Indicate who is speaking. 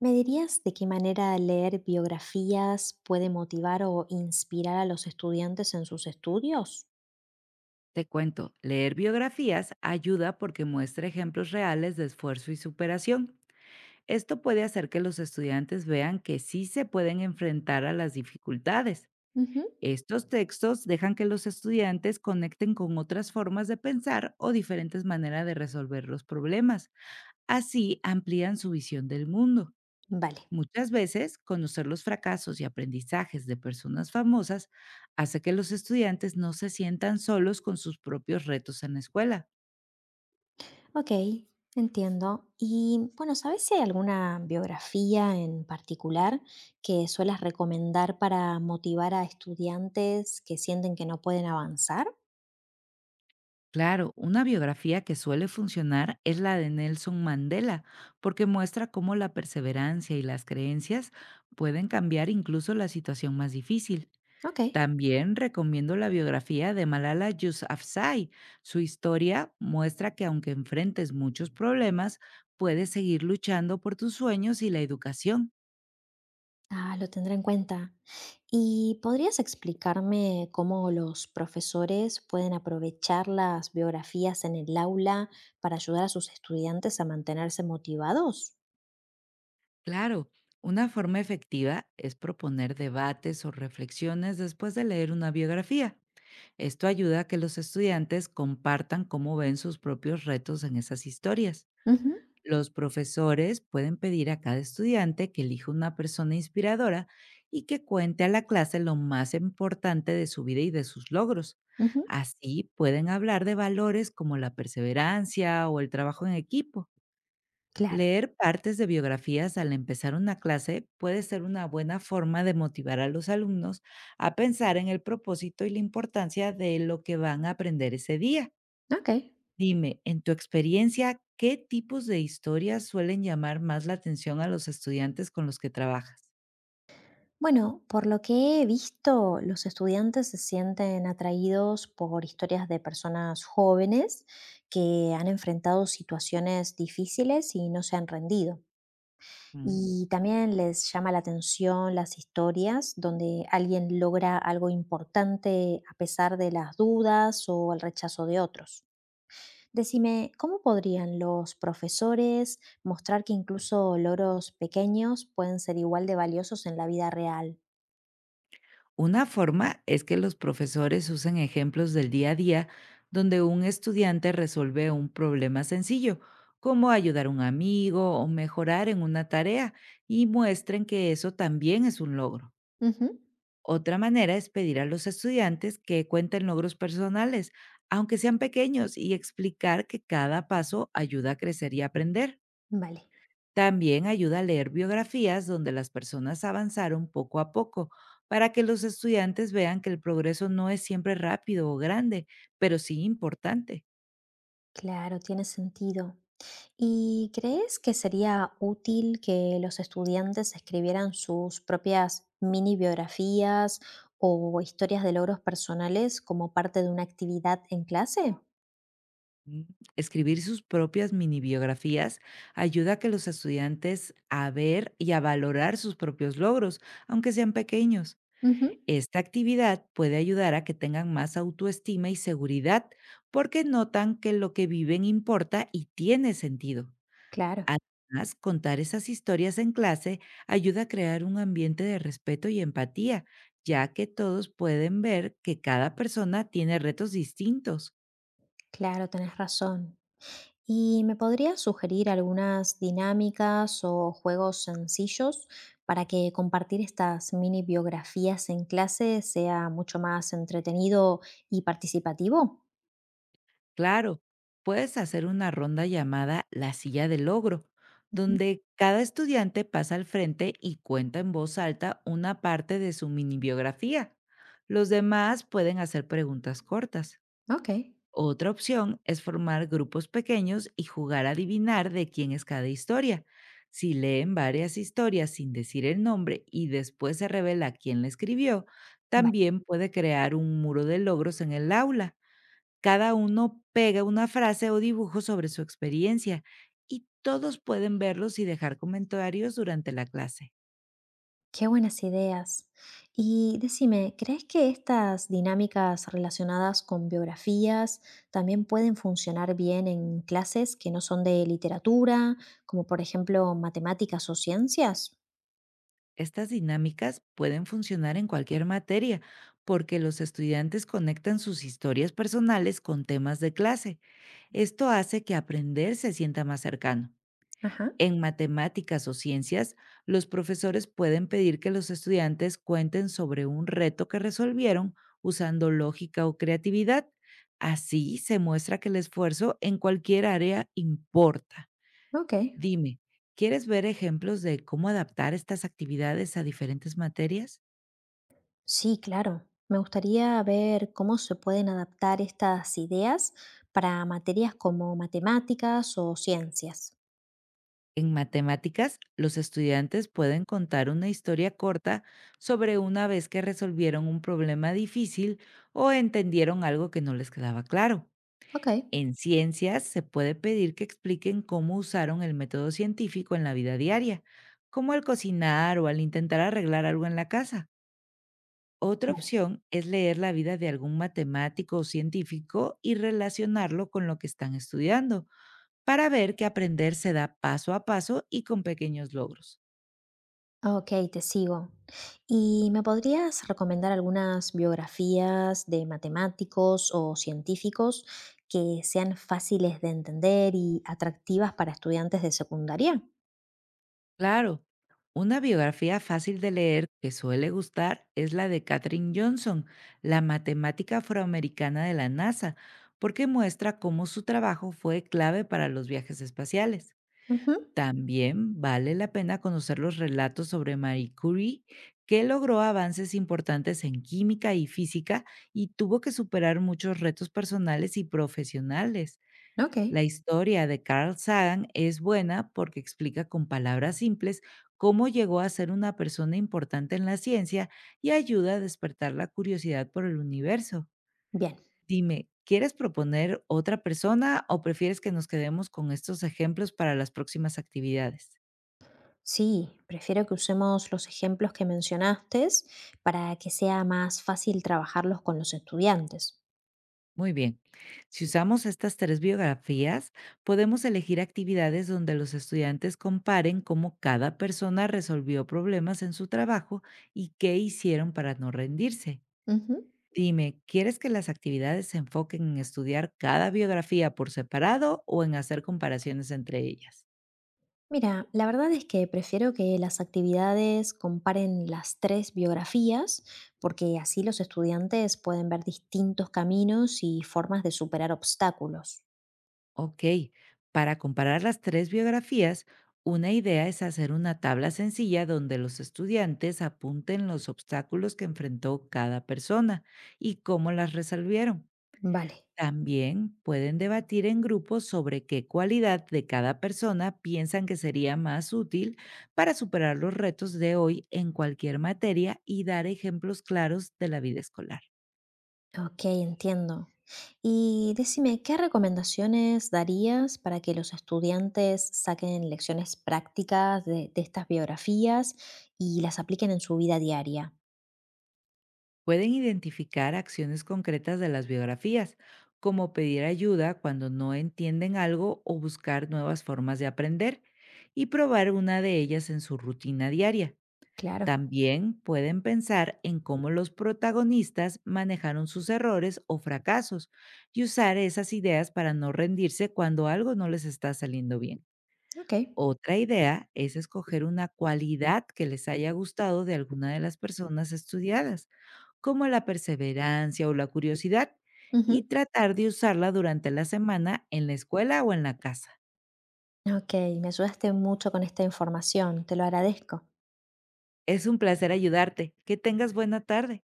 Speaker 1: ¿Me dirías de qué manera leer biografías puede motivar o inspirar a los estudiantes en sus estudios?
Speaker 2: Te cuento, leer biografías ayuda porque muestra ejemplos reales de esfuerzo y superación. Esto puede hacer que los estudiantes vean que sí se pueden enfrentar a las dificultades.
Speaker 1: Ujú.
Speaker 2: Estos textos dejan que los estudiantes conecten con otras formas de pensar o diferentes maneras de resolver los problemas. Así amplían su visión del mundo.
Speaker 1: Vale,
Speaker 2: Muchas veces, conocer los fracasos y aprendizajes de personas famosas hace que los estudiantes no se sientan solos con sus propios retos en la escuela.
Speaker 1: ok, entiendo. Y bueno, ¿sabes si hay alguna biografía en particular que suelas recomendar para motivar a estudiantes que sienten que no pueden avanzar?
Speaker 2: Claro, una biografía que suele funcionar es la de Nelson Mandela, porque muestra cómo la perseverancia y las creencias pueden cambiar incluso la situación más difícil.
Speaker 1: Ok.
Speaker 2: También recomiendo la biografía de Malala Yousafzai. Su historia muestra que aunque enfrentes muchos problemas, puedes seguir luchando por tus sueños y la educación.
Speaker 1: Ah, lo tendré en cuenta. ¿Y podrías explicarme cómo los profesores pueden aprovechar las biografías en el aula para ayudar a sus estudiantes a mantenerse motivados?
Speaker 2: Claro, una forma efectiva es proponer debates o reflexiones después de leer una biografía. Esto ayuda a que los estudiantes compartan cómo ven sus propios retos en esas historias.
Speaker 1: Ujú,
Speaker 2: Los profesores pueden pedir a cada estudiante que elija una persona inspiradora y que cuente a la clase lo más importante de su vida y de sus logros.
Speaker 1: ujú,
Speaker 2: Así pueden hablar de valores como la perseverancia o el trabajo en equipo.
Speaker 1: claro.
Speaker 2: Leer partes de biografías al empezar una clase puede ser una buena forma de motivar a los alumnos a pensar en el propósito y la importancia de lo que van a aprender ese día.
Speaker 1: Ok.
Speaker 2: Dime, en tu experiencia, ¿qué tipos de historias suelen llamar más la atención a los estudiantes con los que trabajas?
Speaker 1: Bueno, por lo que he visto, los estudiantes se sienten atraídos por historias de personas jóvenes que han enfrentado situaciones difíciles y no se han rendido.
Speaker 2: Mm.
Speaker 1: Y también les llama la atención las historias donde alguien logra algo importante a pesar de las dudas o el rechazo de otros. Decime, ¿cómo podrían los profesores mostrar que incluso logros pequeños pueden ser igual de valiosos en la vida real?
Speaker 2: Una forma es que los profesores usen ejemplos del día a día donde un estudiante resuelve un problema sencillo, como ayudar a un amigo o mejorar en una tarea, y muestren que eso también es un logro.
Speaker 1: Ujú.
Speaker 2: Otra manera es pedir a los estudiantes que cuenten logros personales, aunque sean pequeños, y explicar que cada paso ayuda a crecer y aprender.
Speaker 1: Vale,
Speaker 2: También ayuda a leer biografías donde las personas avanzaron poco a poco, para que los estudiantes vean que el progreso no es siempre rápido o grande, pero sí importante.
Speaker 1: claro, tiene sentido. ¿Y crees que sería útil que los estudiantes escribieran sus propias mini biografías o historias de logros personales como parte de una actividad en clase?
Speaker 2: Mm, Escribir sus propias mini biografías ayuda a que los estudiantes a ver y a valorar sus propios logros, aunque sean pequeños.
Speaker 1: Ujú,
Speaker 2: Esta actividad puede ayudar a que tengan más autoestima y seguridad porque notan que lo que viven importa y tiene sentido.
Speaker 1: claro,
Speaker 2: Además, contar esas historias en clase ayuda a crear un ambiente de respeto y empatía, ya que todos pueden ver que cada persona tiene retos distintos.
Speaker 1: claro, tenés razón. ¿Y me podrías sugerir algunas dinámicas o juegos sencillos para que compartir estas mini biografías en clase sea mucho más entretenido y participativo?
Speaker 2: Claro, puedes hacer una ronda llamada la silla del logro,
Speaker 1: Ujú,
Speaker 2: donde cada estudiante pasa al frente y cuenta en voz alta una parte de su mini biografía. Los demás pueden hacer preguntas cortas.
Speaker 1: ok.
Speaker 2: Otra opción es formar grupos pequeños y jugar a adivinar de quién es cada historia. Si leen varias historias sin decir el nombre y después se revela quién la escribió,
Speaker 1: Vale.
Speaker 2: también puede crear un muro de logros en el aula. Cada uno pega una frase o dibujo sobre su experiencia y todos pueden verlos y dejar comentarios durante la clase.
Speaker 1: Qué buenas ideas. Y decime, ¿crees que estas dinámicas relacionadas con biografías también pueden funcionar bien en clases que no son de literatura, como por ejemplo matemáticas o ciencias?
Speaker 2: Estas dinámicas pueden funcionar en cualquier materia porque los estudiantes conectan sus historias personales con temas de clase. Esto hace que aprender se sienta más cercano.
Speaker 1: Ajá,
Speaker 2: En matemáticas o ciencias, los profesores pueden pedir que los estudiantes cuenten sobre un reto que resolvieron usando lógica o creatividad. Así se muestra que el esfuerzo en cualquier área importa.
Speaker 1: ok.
Speaker 2: Dime, ¿quieres ver ejemplos de cómo adaptar estas actividades a diferentes materias?
Speaker 1: Sí, claro. Me gustaría ver cómo se pueden adaptar estas ideas para materias como matemáticas o ciencias.
Speaker 2: En matemáticas, los estudiantes pueden contar una historia corta sobre una vez que resolvieron un problema difícil o entendieron algo que no les quedaba claro.
Speaker 1: Ok.
Speaker 2: En ciencias, se puede pedir que expliquen cómo usaron el método científico en la vida diaria, como al cocinar o al intentar arreglar algo en la casa. Otra
Speaker 1: Vale.
Speaker 2: opción es leer la vida de algún matemático o científico y relacionarlo con lo que están estudiando, para ver que aprender se da paso a paso y con pequeños logros.
Speaker 1: Okey, te sigo. ¿Y me podrías recomendar algunas biografías de matemáticos o científicos que sean fáciles de entender y atractivas para estudiantes de secundaria?
Speaker 2: Claro, una biografía fácil de leer que suele gustar es la de Katherine Johnson, la matemática afroamericana de la NASA, porque muestra cómo su trabajo fue clave para los viajes espaciales.
Speaker 1: Ujú,
Speaker 2: También vale la pena conocer los relatos sobre Marie Curie, que logró avances importantes en química y física y tuvo que superar muchos retos personales y profesionales. La
Speaker 1: okey,
Speaker 2: historia de Carl Sagan es buena porque explica con palabras simples cómo llegó a ser una persona importante en la ciencia y ayuda a despertar la curiosidad por el universo.
Speaker 1: bien.
Speaker 2: Dime, ¿quieres proponer otra persona o prefieres que nos quedemos con estos ejemplos para las próximas actividades?
Speaker 1: Sí, prefiero que usemos los ejemplos que mencionaste para que sea más fácil trabajarlos con los estudiantes.
Speaker 2: Muy bien. Si usamos estas tres biografías, podemos elegir actividades donde los estudiantes comparen cómo cada persona resolvió problemas en su trabajo y qué hicieron para no rendirse.
Speaker 1: Ujú.
Speaker 2: Dime, ¿quieres que las actividades se enfoquen en estudiar cada biografía por separado o en hacer comparaciones entre ellas?
Speaker 1: Mira, la verdad es que prefiero que las actividades comparen las tres biografías, porque así los estudiantes pueden ver distintos caminos y formas de superar obstáculos.
Speaker 2: Ok, para comparar las tres biografías, una idea es hacer una tabla sencilla donde los estudiantes apunten los obstáculos que enfrentó cada persona y cómo las resolvieron.
Speaker 1: Vale,
Speaker 2: También pueden debatir en grupos sobre qué cualidad de cada persona piensan que sería más útil para superar los retos de hoy en cualquier materia y dar ejemplos claros de la vida escolar.
Speaker 1: ok, entiendo. Y decime, ¿qué recomendaciones darías para que los estudiantes saquen lecciones prácticas de estas biografías y las apliquen en su vida diaria?
Speaker 2: Pueden identificar acciones concretas de las biografías, como pedir ayuda cuando no entienden algo o buscar nuevas formas de aprender y probar una de ellas en su rutina diaria.
Speaker 1: Claro,
Speaker 2: También pueden pensar en cómo los protagonistas manejaron sus errores o fracasos y usar esas ideas para no rendirse cuando algo no les está saliendo bien.
Speaker 1: ok.
Speaker 2: Otra idea es escoger una cualidad que les haya gustado de alguna de las personas estudiadas, como la perseverancia o la curiosidad, y
Speaker 1: Ujú.
Speaker 2: tratar de usarla durante la semana en la escuela o en la casa.
Speaker 1: Ok, me ayudaste mucho con esta información, te lo agradezco.
Speaker 2: Es un placer ayudarte. Que tengas buena tarde.